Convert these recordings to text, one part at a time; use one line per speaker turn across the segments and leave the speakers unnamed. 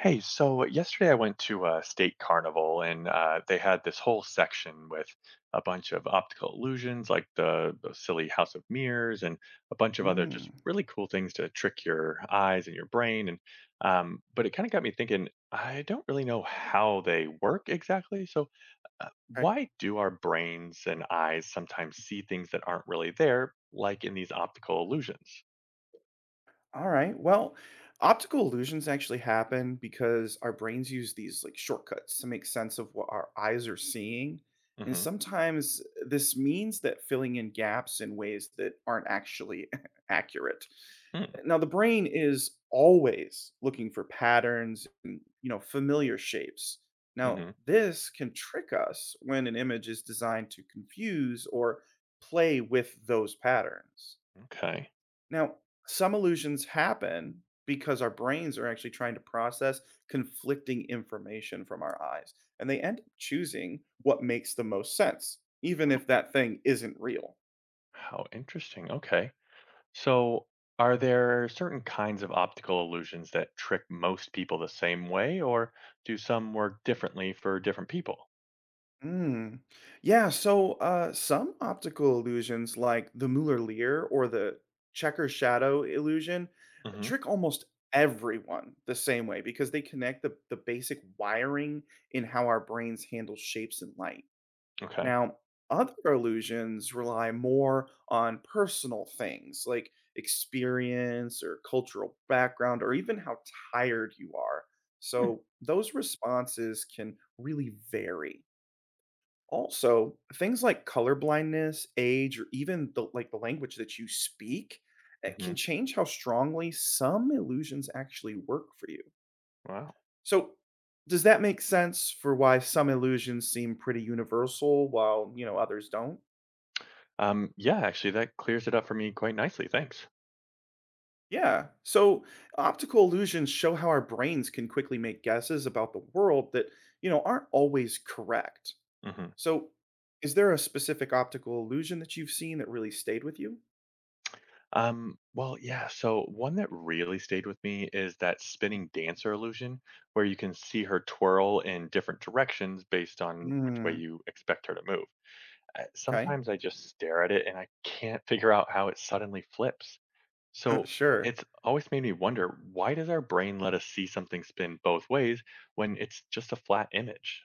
Hey, so yesterday I went to a state carnival and they had this whole section with a bunch of optical illusions, like the silly House of Mirrors, and a bunch of other just
Mm,
really cool things to trick your eyes and your brain. And but it kind of got me thinking. I don't really know how they work exactly. So uh,
okay.
why do our brains and eyes sometimes see things that aren't really there, like in these optical illusions?
All right. Well, optical illusions actually happen because our brains use these like shortcuts to make sense of what our eyes are seeing. And
Mm-hmm.
sometimes this means that filling in gaps in ways that aren't actually accurate.
Hmm.
Now, the brain is always looking for patterns and, you know, familiar shapes. Now,
Mm-hmm.
this can trick us when an image is designed to confuse or play with those patterns.
Okay.
Now, some illusions happen because our brains are actually trying to process conflicting information from our eyes, and they end up choosing what makes the most sense, even if that thing isn't real.
How interesting. Okay. So, are there certain kinds of optical illusions that trick most people the same way, or do some work differently for different people?
Mm. Yeah, so some optical illusions, like the Mueller-Lear or the checker shadow illusion,
Hmm.
trick almost everyone the same way because they connect the basic wiring in how our brains handle shapes and light.
Okay.
Now, other illusions rely more on personal things like experience or cultural background or even how tired you are.
Hmm.
So, those responses can really vary. Also, things like color blindness, age, or even the, like the language that you speak eh,
Mm-hmm.
can change how strongly some illusions actually work for you.
Wow.
So, does that make sense for why some illusions seem pretty universal while, you know, others don't?
Yeah, actually, that clears it up for me quite nicely. Thanks.
Yeah. So optical illusions show how our brains can quickly make guesses about the world that, you know, aren't always correct.
Hmm.
So is there a specific optical illusion that you've seen that really stayed with you?
Well, yeah. So, one that really stayed with me is that spinning dancer illusion, where you can see her twirl in different directions based on which way
Mm,
you expect her to move.
okay.
Sometimes I just stare at it and I can't figure out how it suddenly flips. So
Sure.
it's always made me wonder, why does our brain let us see something spin both ways when it's just a flat image?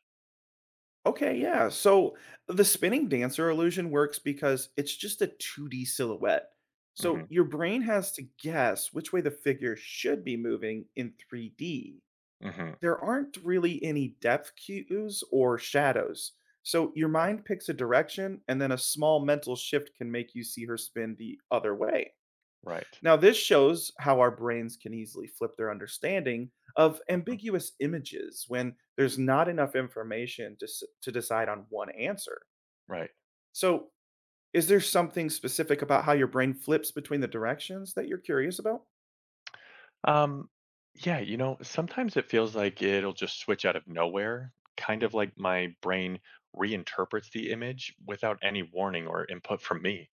Okay, yeah. So the spinning dancer illusion works because it's just a 2D silhouette. So
Hmm.
your brain has to guess which way the figure should be moving in 3D.
Hmm.
There aren't really any depth cues or shadows. So your
Okay.
mind picks a direction, and then a small mental shift can make you see her spin the other way.
Right.
Now, this shows how our brains can easily flip their understanding of
Hmm.
ambiguous images when there's not enough information to, to decide on one answer.
Right.
So, is there something specific about how your brain flips between the directions that you're curious about?
Um, yeah, you know, sometimes it feels like it'll just switch out of nowhere, kind of like my brain reinterprets the image without any warning or input from me.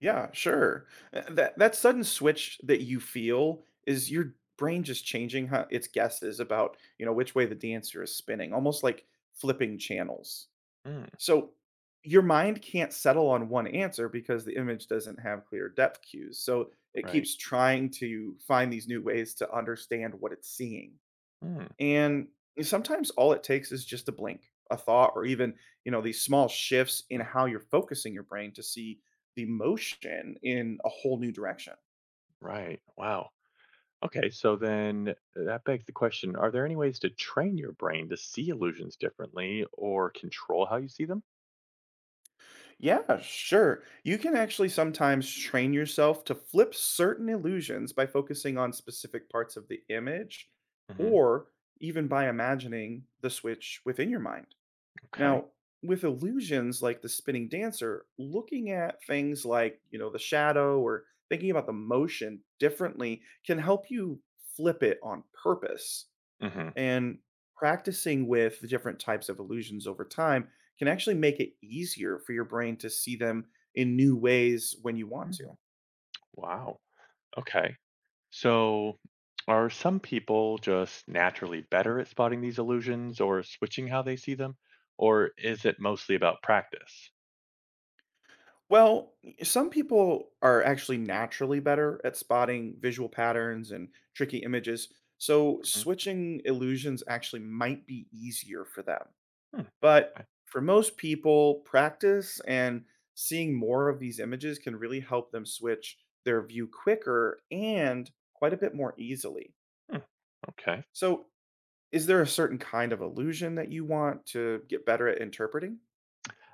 Yeah, sure. That sudden switch that you feel is your brain just changing how its guesses about, you know, which way the dancer is spinning, almost like flipping channels.
Mm,
So your mind can't settle on one answer because the image doesn't have clear depth cues. So it
right.
keeps trying to find these new ways to understand what it's seeing.
Mm,
And sometimes all it takes is just a blink, a thought, or even, you know, these small shifts in how you're focusing your brain to see the motion in a whole new direction.
right. Wow. Okay, so then that begs the question, are there any ways to train your brain to see illusions differently or control how you see them?
Yeah, sure. You can actually sometimes train yourself to flip certain illusions by focusing on specific parts of the image
Hmm.
or even by imagining the switch within your mind.
Okay.
Now, with illusions like the spinning dancer, looking at things like, you know, the shadow or thinking about the motion differently can help you flip it on purpose.
Hmm.
And practicing with the different types of illusions over time can actually make it easier for your brain to see them in new ways when you want to.
Hmm. Wow. Okay. So are some people just naturally better at spotting these illusions or switching how they see them? Or is it mostly about practice?
Well, some people are actually naturally better at spotting visual patterns and tricky images, so
Hmm.
switching illusions actually might be easier for them.
Hmm.
But
I-
for most people, practice and seeing more of these images can really help them switch their view quicker and quite a bit more easily.
hmm. Okay.
So, is there a certain kind of illusion that you want to get better at interpreting?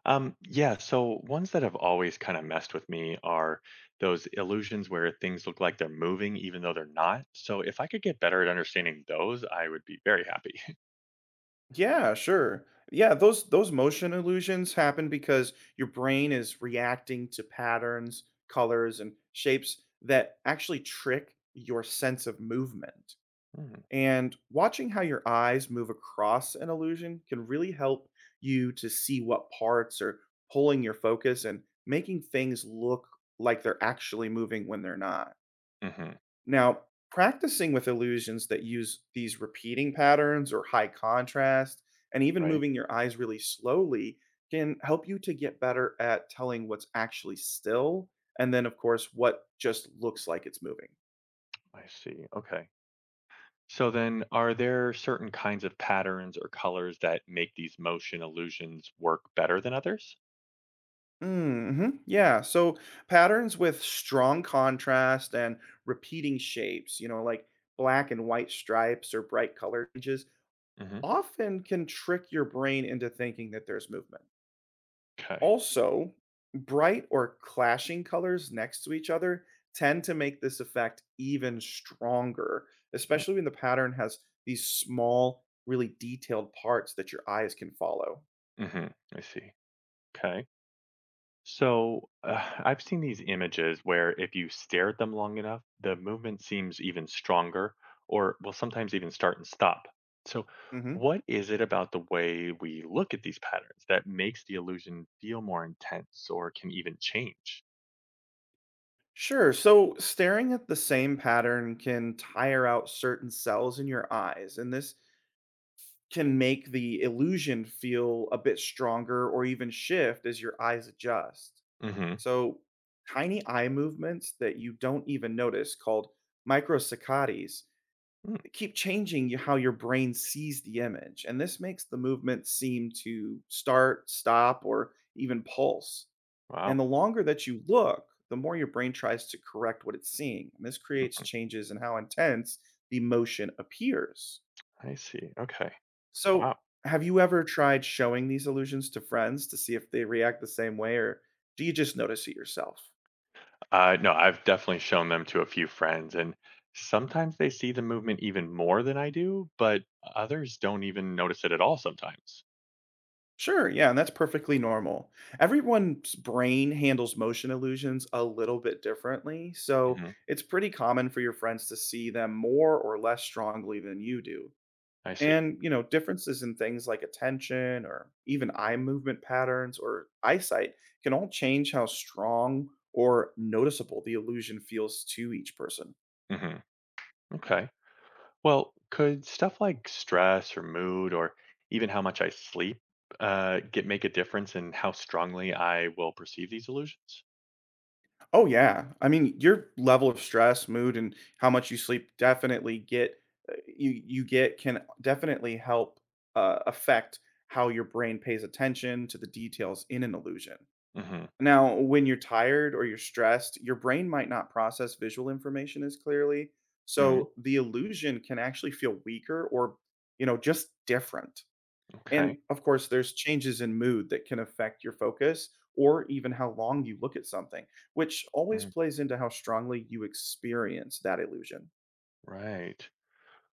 Yeah, so ones that have always kind of messed with me are those illusions where things look like they're moving even though they're not. So if I could get better at understanding those, I would be very happy.
Yeah, sure. Yeah, those motion illusions happen because your brain is reacting to patterns, colors, and shapes that actually trick your sense of movement. And watching how your eyes move across an illusion can really help you to see what parts are pulling your focus and making things look like they're actually moving when they're not.
Mm-hmm.
Now, practicing with illusions that use these repeating patterns or high contrast, and even
Right?
moving your eyes really slowly, can help you to get better at telling what's actually still, and then, of course, what just looks like it's moving.
I see. Okay. So then are there certain kinds of patterns or colors that make these motion illusions work better than others?
Mm-hmm. Yeah. So patterns with strong contrast and repeating shapes, you know, like black and white stripes or bright color changes,
Mm-hmm.
often can trick your brain into thinking that there's movement.
Okay.
Also, bright or clashing colors next to each other tend to make this effect even stronger, especially when the pattern has these small, really detailed parts that your eyes can follow.
Mm-hmm. I see. Okay. So I've seen these images where if you stare at them long enough, the movement seems even stronger or will sometimes even start and stop. So,
Hmm.
what is it about the way we look at these patterns that makes the illusion feel more intense or can even change?
Sure. So staring at the same pattern can tire out certain cells in your eyes, and this can make the illusion feel a bit stronger or even shift as your eyes adjust.
Hmm.
So, tiny eye movements that you don't even notice, called microsaccades, they keep changing how your brain sees the image. And this makes the movement seem to start, stop, or even pulse. And
Wow.
the longer that you look, the more your brain tries to correct what it's seeing. And this creates
Mm,
changes in how intense the emotion appears.
I see. Okay.
So,
Wow.
have you ever tried showing these illusions to friends to see if they react the same way, or do you just notice it yourself?
No, I've definitely shown them to a few friends, and sometimes they see the movement even more than I do, but others don't even notice it at all sometimes.
Sure, yeah, and that's perfectly normal. Everyone's brain handles motion illusions a little bit differently, so
Hmm.
it's pretty common for your friends to see them more or less strongly than you do.
I see.
And, you know, differences in things like attention or even eye movement patterns or eyesight can all change how strong or noticeable the illusion feels to each person.
Hmm. Okay. Well, could stuff like stress or mood or even how much I sleep get make a difference in how strongly I will perceive these illusions?
Oh, yeah. I mean, your level of stress, mood, and how much you sleep definitely get you get can definitely help affect how your brain pays attention to the details in an illusion.
Hmm.
Now, when you're tired or you're stressed, your brain might not process visual information as clearly,
Hmm.
so the illusion can actually feel weaker or, you know, just different.
Okay.
And of course, there's changes in mood that can affect your focus or even how long you look at something, which always
Mm,
plays into how strongly you experience that illusion.
right.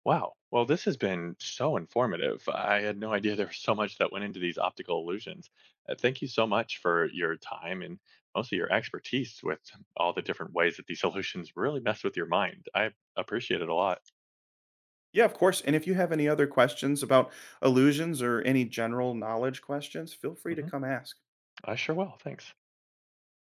Wow. Well, this has been so informative. I had no idea there was so much that went into these optical illusions. Thank you so much for your time and mostly your expertise with all the different ways that these illusions really mess with your mind. I appreciate it a lot.
Yeah, of course. And if you have any other questions about illusions or any general knowledge questions, feel free to
Hmm.
come ask.
I sure will. Thanks.